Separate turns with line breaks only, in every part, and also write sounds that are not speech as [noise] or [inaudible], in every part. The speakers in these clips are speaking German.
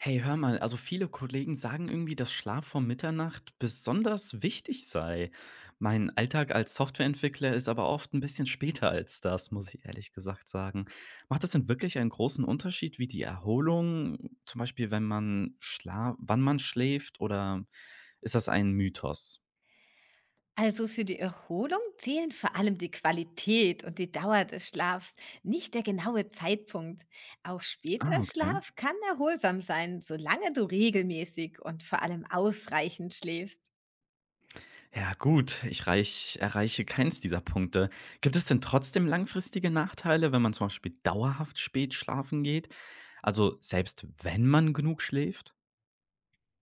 Hey, hör mal, also viele Kollegen sagen irgendwie, dass Schlaf vor Mitternacht besonders wichtig sei. Mein Alltag als Softwareentwickler ist aber oft ein bisschen später als das, muss ich ehrlich gesagt sagen. Macht das denn wirklich einen großen Unterschied, wie die Erholung, zum Beispiel, wenn man schla wann man schläft, oder ist das ein Mythos?
Also für die Erholung zählen vor allem die Qualität und die Dauer des Schlafs, nicht der genaue Zeitpunkt. Auch später
Ah, okay.
Schlaf kann erholsam sein, solange du regelmäßig und vor allem ausreichend schläfst.
Ja gut, ich reich erreiche keins dieser Punkte. Gibt es denn trotzdem langfristige Nachteile, wenn man zum Beispiel dauerhaft spät schlafen geht? Also selbst wenn man genug schläft?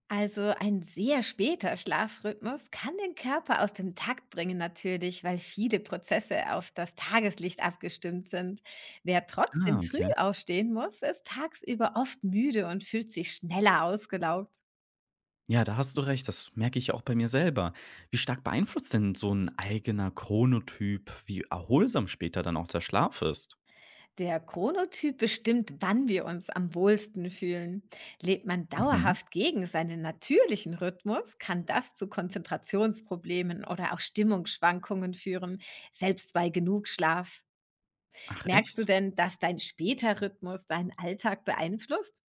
Also ein sehr später Schlafrhythmus kann den Körper aus dem Takt bringen natürlich, weil viele Prozesse auf das Tageslicht abgestimmt sind. Wer
Ah,
trotzdem früh
okay.
aufstehen muss, ist tagsüber oft müde und fühlt sich schneller ausgelaugt.
Ja, da hast du recht, das merke ich auch bei mir selber. Wie stark beeinflusst denn so ein eigener Chronotyp, wie erholsam später dann auch der Schlaf ist?
Der Chronotyp bestimmt, wann wir uns am wohlsten fühlen. Lebt man
Mhm.
dauerhaft gegen seinen natürlichen Rhythmus, kann das zu Konzentrationsproblemen oder auch Stimmungsschwankungen führen, selbst bei genug Schlaf.
Ach
Merkst du
echt?
denn, dass dein später Rhythmus deinen Alltag beeinflusst?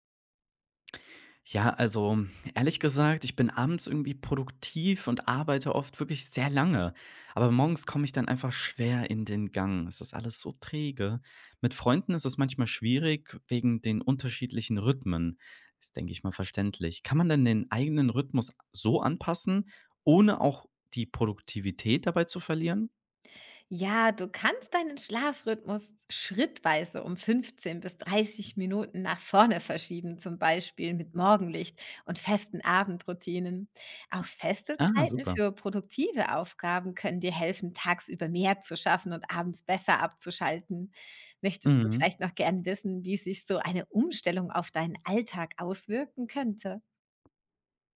Ja, also ehrlich gesagt, ich bin abends irgendwie produktiv und arbeite oft wirklich sehr lange. Aber morgens komme ich dann einfach schwer in den Gang. Es ist alles so träge. Mit Freunden ist es manchmal schwierig wegen den unterschiedlichen Rhythmen. Ist, denke ich mal, verständlich. Kann man denn den eigenen Rhythmus so anpassen, ohne auch die Produktivität dabei zu verlieren?
Ja, du kannst deinen Schlafrhythmus schrittweise um 15 bis 30 Minuten nach vorne verschieben, zum Beispiel mit Morgenlicht und festen Abendroutinen. Auch feste
Ah,
Zeiten
super.
für produktive Aufgaben können dir helfen, tagsüber mehr zu schaffen und abends besser abzuschalten. Möchtest du
Mhm.
vielleicht noch gern wissen, wie sich so eine Umstellung auf deinen Alltag auswirken könnte?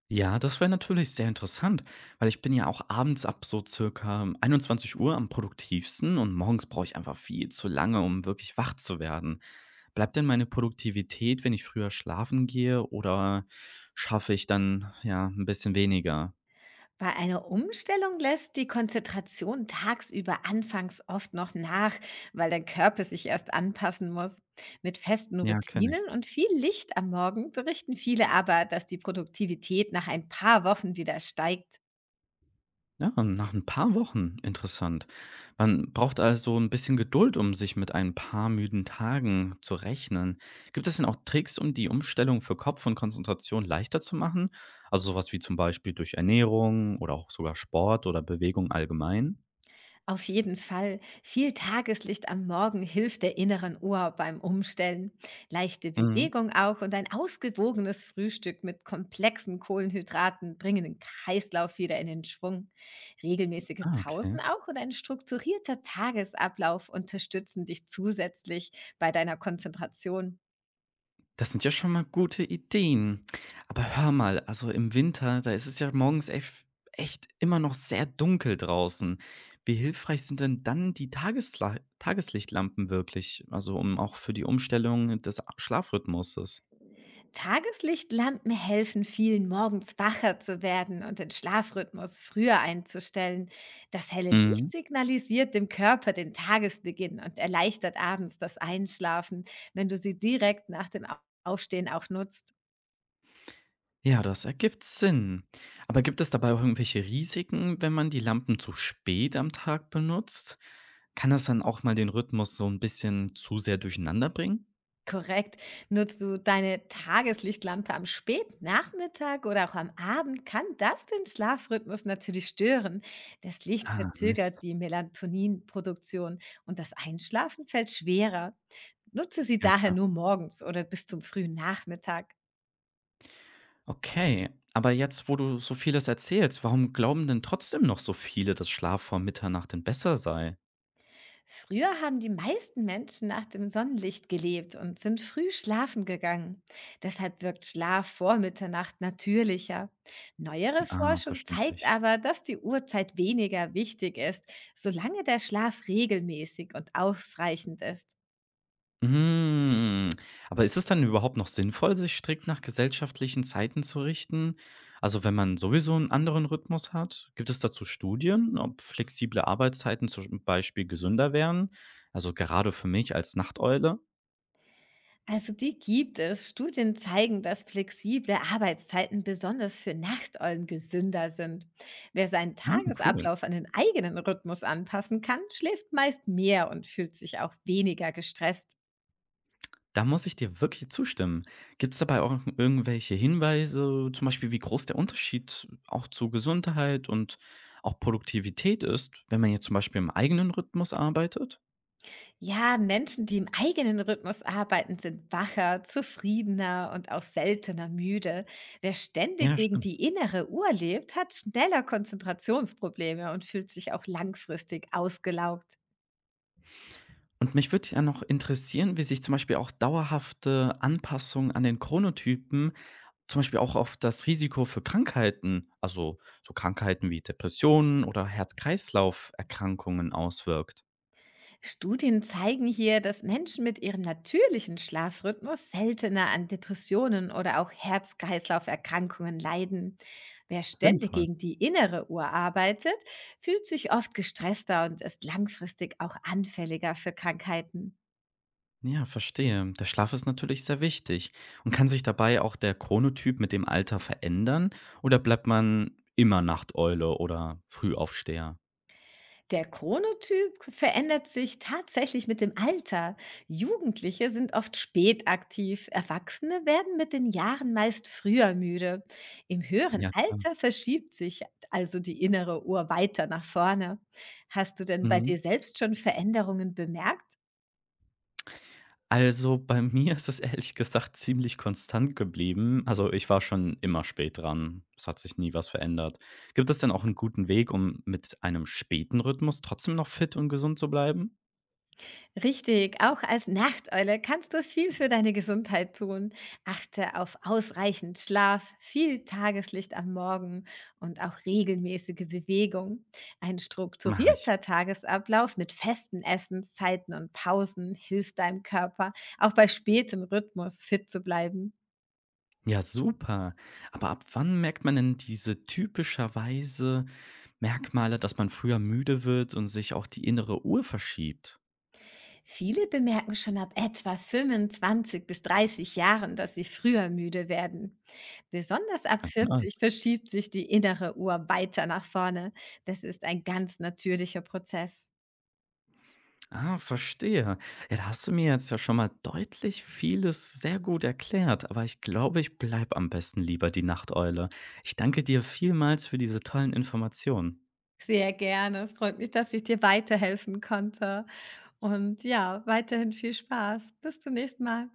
Ja, das wäre natürlich sehr interessant, weil ich bin ja auch abends ab so circa 21 Uhr am produktivsten und morgens brauche ich einfach viel zu lange, um wirklich wach zu werden. Bleibt denn meine Produktivität, wenn ich früher schlafen gehe oder schaffe ich dann, ja, ein bisschen weniger?
Bei einer Umstellung lässt die Konzentration tagsüber anfangs oft noch nach, weil der Körper sich erst anpassen muss. Mit festen
Ja, kenne ich.
Routinen und viel Licht am Morgen berichten viele aber, dass die Produktivität nach ein paar Wochen wieder steigt.
Ja, nach ein paar Wochen, interessant. Man braucht also ein bisschen Geduld, um sich mit ein paar müden Tagen zu rechnen. Gibt es denn auch Tricks, um die Umstellung für Kopf und Konzentration leichter zu machen? Also, sowas wie zum Beispiel durch Ernährung oder auch sogar Sport oder Bewegung allgemein?
Auf jeden Fall. Viel Tageslicht am Morgen hilft der inneren Uhr beim Umstellen. Leichte
Mhm.
Bewegung auch und ein ausgewogenes Frühstück mit komplexen Kohlenhydraten bringen den Kreislauf wieder in den Schwung. Regelmäßige
Ah, okay.
Pausen auch und ein strukturierter Tagesablauf unterstützen dich zusätzlich bei deiner Konzentration.
Das sind ja schon mal gute Ideen. Aber hör mal, also im Winter, da ist es ja morgens echt immer noch sehr dunkel draußen. Wie hilfreich sind denn dann die Tagesla Tageslichtlampen wirklich? Also um auch für die Umstellung des Schlafrhythmuses.
Tageslichtlampen helfen vielen, morgens wacher zu werden und den Schlafrhythmus früher einzustellen. Das helle Licht
Mhm.
signalisiert dem Körper den Tagesbeginn und erleichtert abends das Einschlafen, wenn du sie direkt nach dem Aufstehen auch nutzt.
Ja, das ergibt Sinn. Aber gibt es dabei auch irgendwelche Risiken, wenn man die Lampen zu spät am Tag benutzt? Kann das dann auch mal den Rhythmus so ein bisschen zu sehr durcheinander bringen?
Korrekt. Nutzt du deine Tageslichtlampe am Spätnachmittag oder auch am Abend, kann das den Schlafrhythmus natürlich stören. Das Licht
Ah, Mist.
verzögert die Melatoninproduktion und das Einschlafen fällt schwerer. Nutze sie
Ja,
daher
klar.
nur morgens oder bis zum frühen Nachmittag.
Okay, aber jetzt, wo du so vieles erzählst, warum glauben denn trotzdem noch so viele, dass Schlaf vor Mitternacht denn besser sei?
Früher haben die meisten Menschen nach dem Sonnenlicht gelebt und sind früh schlafen gegangen. Deshalb wirkt Schlaf vor Mitternacht natürlicher. Neuere
Ah,
Forschung zeigt
verständlich.
aber, dass die Uhrzeit weniger wichtig ist, solange der Schlaf regelmäßig und ausreichend ist.
Hm, aber ist es dann überhaupt noch sinnvoll, sich strikt nach gesellschaftlichen Zeiten zu richten? Also wenn man sowieso einen anderen Rhythmus hat, gibt es dazu Studien, ob flexible Arbeitszeiten zum Beispiel gesünder wären? Also gerade für mich als Nachteule?
Also die gibt es. Studien zeigen, dass flexible Arbeitszeiten besonders für Nachteulen gesünder sind. Wer seinen
Ah, cool.
Tagesablauf an den eigenen Rhythmus anpassen kann, schläft meist mehr und fühlt sich auch weniger gestresst.
Da muss ich dir wirklich zustimmen. Gibt es dabei auch irgendwelche Hinweise, zum Beispiel wie groß der Unterschied auch zu Gesundheit und auch Produktivität ist, wenn man jetzt zum Beispiel im eigenen Rhythmus arbeitet?
Ja, Menschen, die im eigenen Rhythmus arbeiten, sind wacher, zufriedener und auch seltener müde. Wer ständig
Ja,
gegen
stimmt.
die innere Uhr lebt, hat schneller Konzentrationsprobleme und fühlt sich auch langfristig ausgelaugt.
Und mich würde ja noch interessieren, wie sich zum Beispiel auch dauerhafte Anpassungen an den Chronotypen, zum Beispiel auch auf das Risiko für Krankheiten, also so Krankheiten wie Depressionen oder Herz-Kreislauf-Erkrankungen auswirkt.
Studien zeigen hier, dass Menschen mit ihrem natürlichen Schlafrhythmus seltener an Depressionen oder auch Herz-Kreislauf-Erkrankungen leiden. Wer ständig
Sinnvoll.
gegen die innere Uhr arbeitet, fühlt sich oft gestresster und ist langfristig auch anfälliger für Krankheiten.
Ja, verstehe. Der Schlaf ist natürlich sehr wichtig. Und kann sich dabei auch der Chronotyp mit dem Alter verändern? Oder bleibt man immer Nachteule oder Frühaufsteher?
Der Chronotyp verändert sich tatsächlich mit dem Alter. Jugendliche sind oft spät aktiv, Erwachsene werden mit den Jahren meist früher müde. Im höheren
Ja, klar.
Alter verschiebt sich also die innere Uhr weiter nach vorne. Hast du denn bei
Mhm.
dir selbst schon Veränderungen bemerkt?
Also bei [laughs] mir ist es ehrlich gesagt ziemlich konstant geblieben. Also ich war schon immer spät dran. Es hat sich nie was verändert. Gibt es denn auch einen guten Weg, um mit einem späten Rhythmus trotzdem noch fit und gesund zu bleiben?
Richtig, auch als Nachteule kannst du viel für deine Gesundheit tun. Achte auf ausreichend Schlaf, viel Tageslicht am Morgen und auch regelmäßige Bewegung. Ein
Mache ich.
strukturierter Tagesablauf mit festen Essenszeiten und Pausen hilft deinem Körper, auch bei spätem Rhythmus fit zu bleiben.
Ja, super. Aber ab wann merkt man denn diese typischerweise Merkmale, dass man früher müde wird und sich auch die innere Uhr verschiebt?
Viele bemerken schon ab etwa 25 bis 30 Jahren, dass sie früher müde werden. Besonders ab
Ganz schön alt.
40 verschiebt sich die innere Uhr weiter nach vorne. Das ist ein ganz natürlicher Prozess.
Ah, verstehe. Ja, da hast du mir jetzt ja schon mal deutlich vieles sehr gut erklärt, aber ich glaube, ich bleibe am besten lieber die Nachteule. Ich danke dir vielmals für diese tollen Informationen.
Sehr gerne. Es freut mich, dass ich dir weiterhelfen konnte. Und ja, weiterhin viel Spaß. Bis zum nächsten Mal.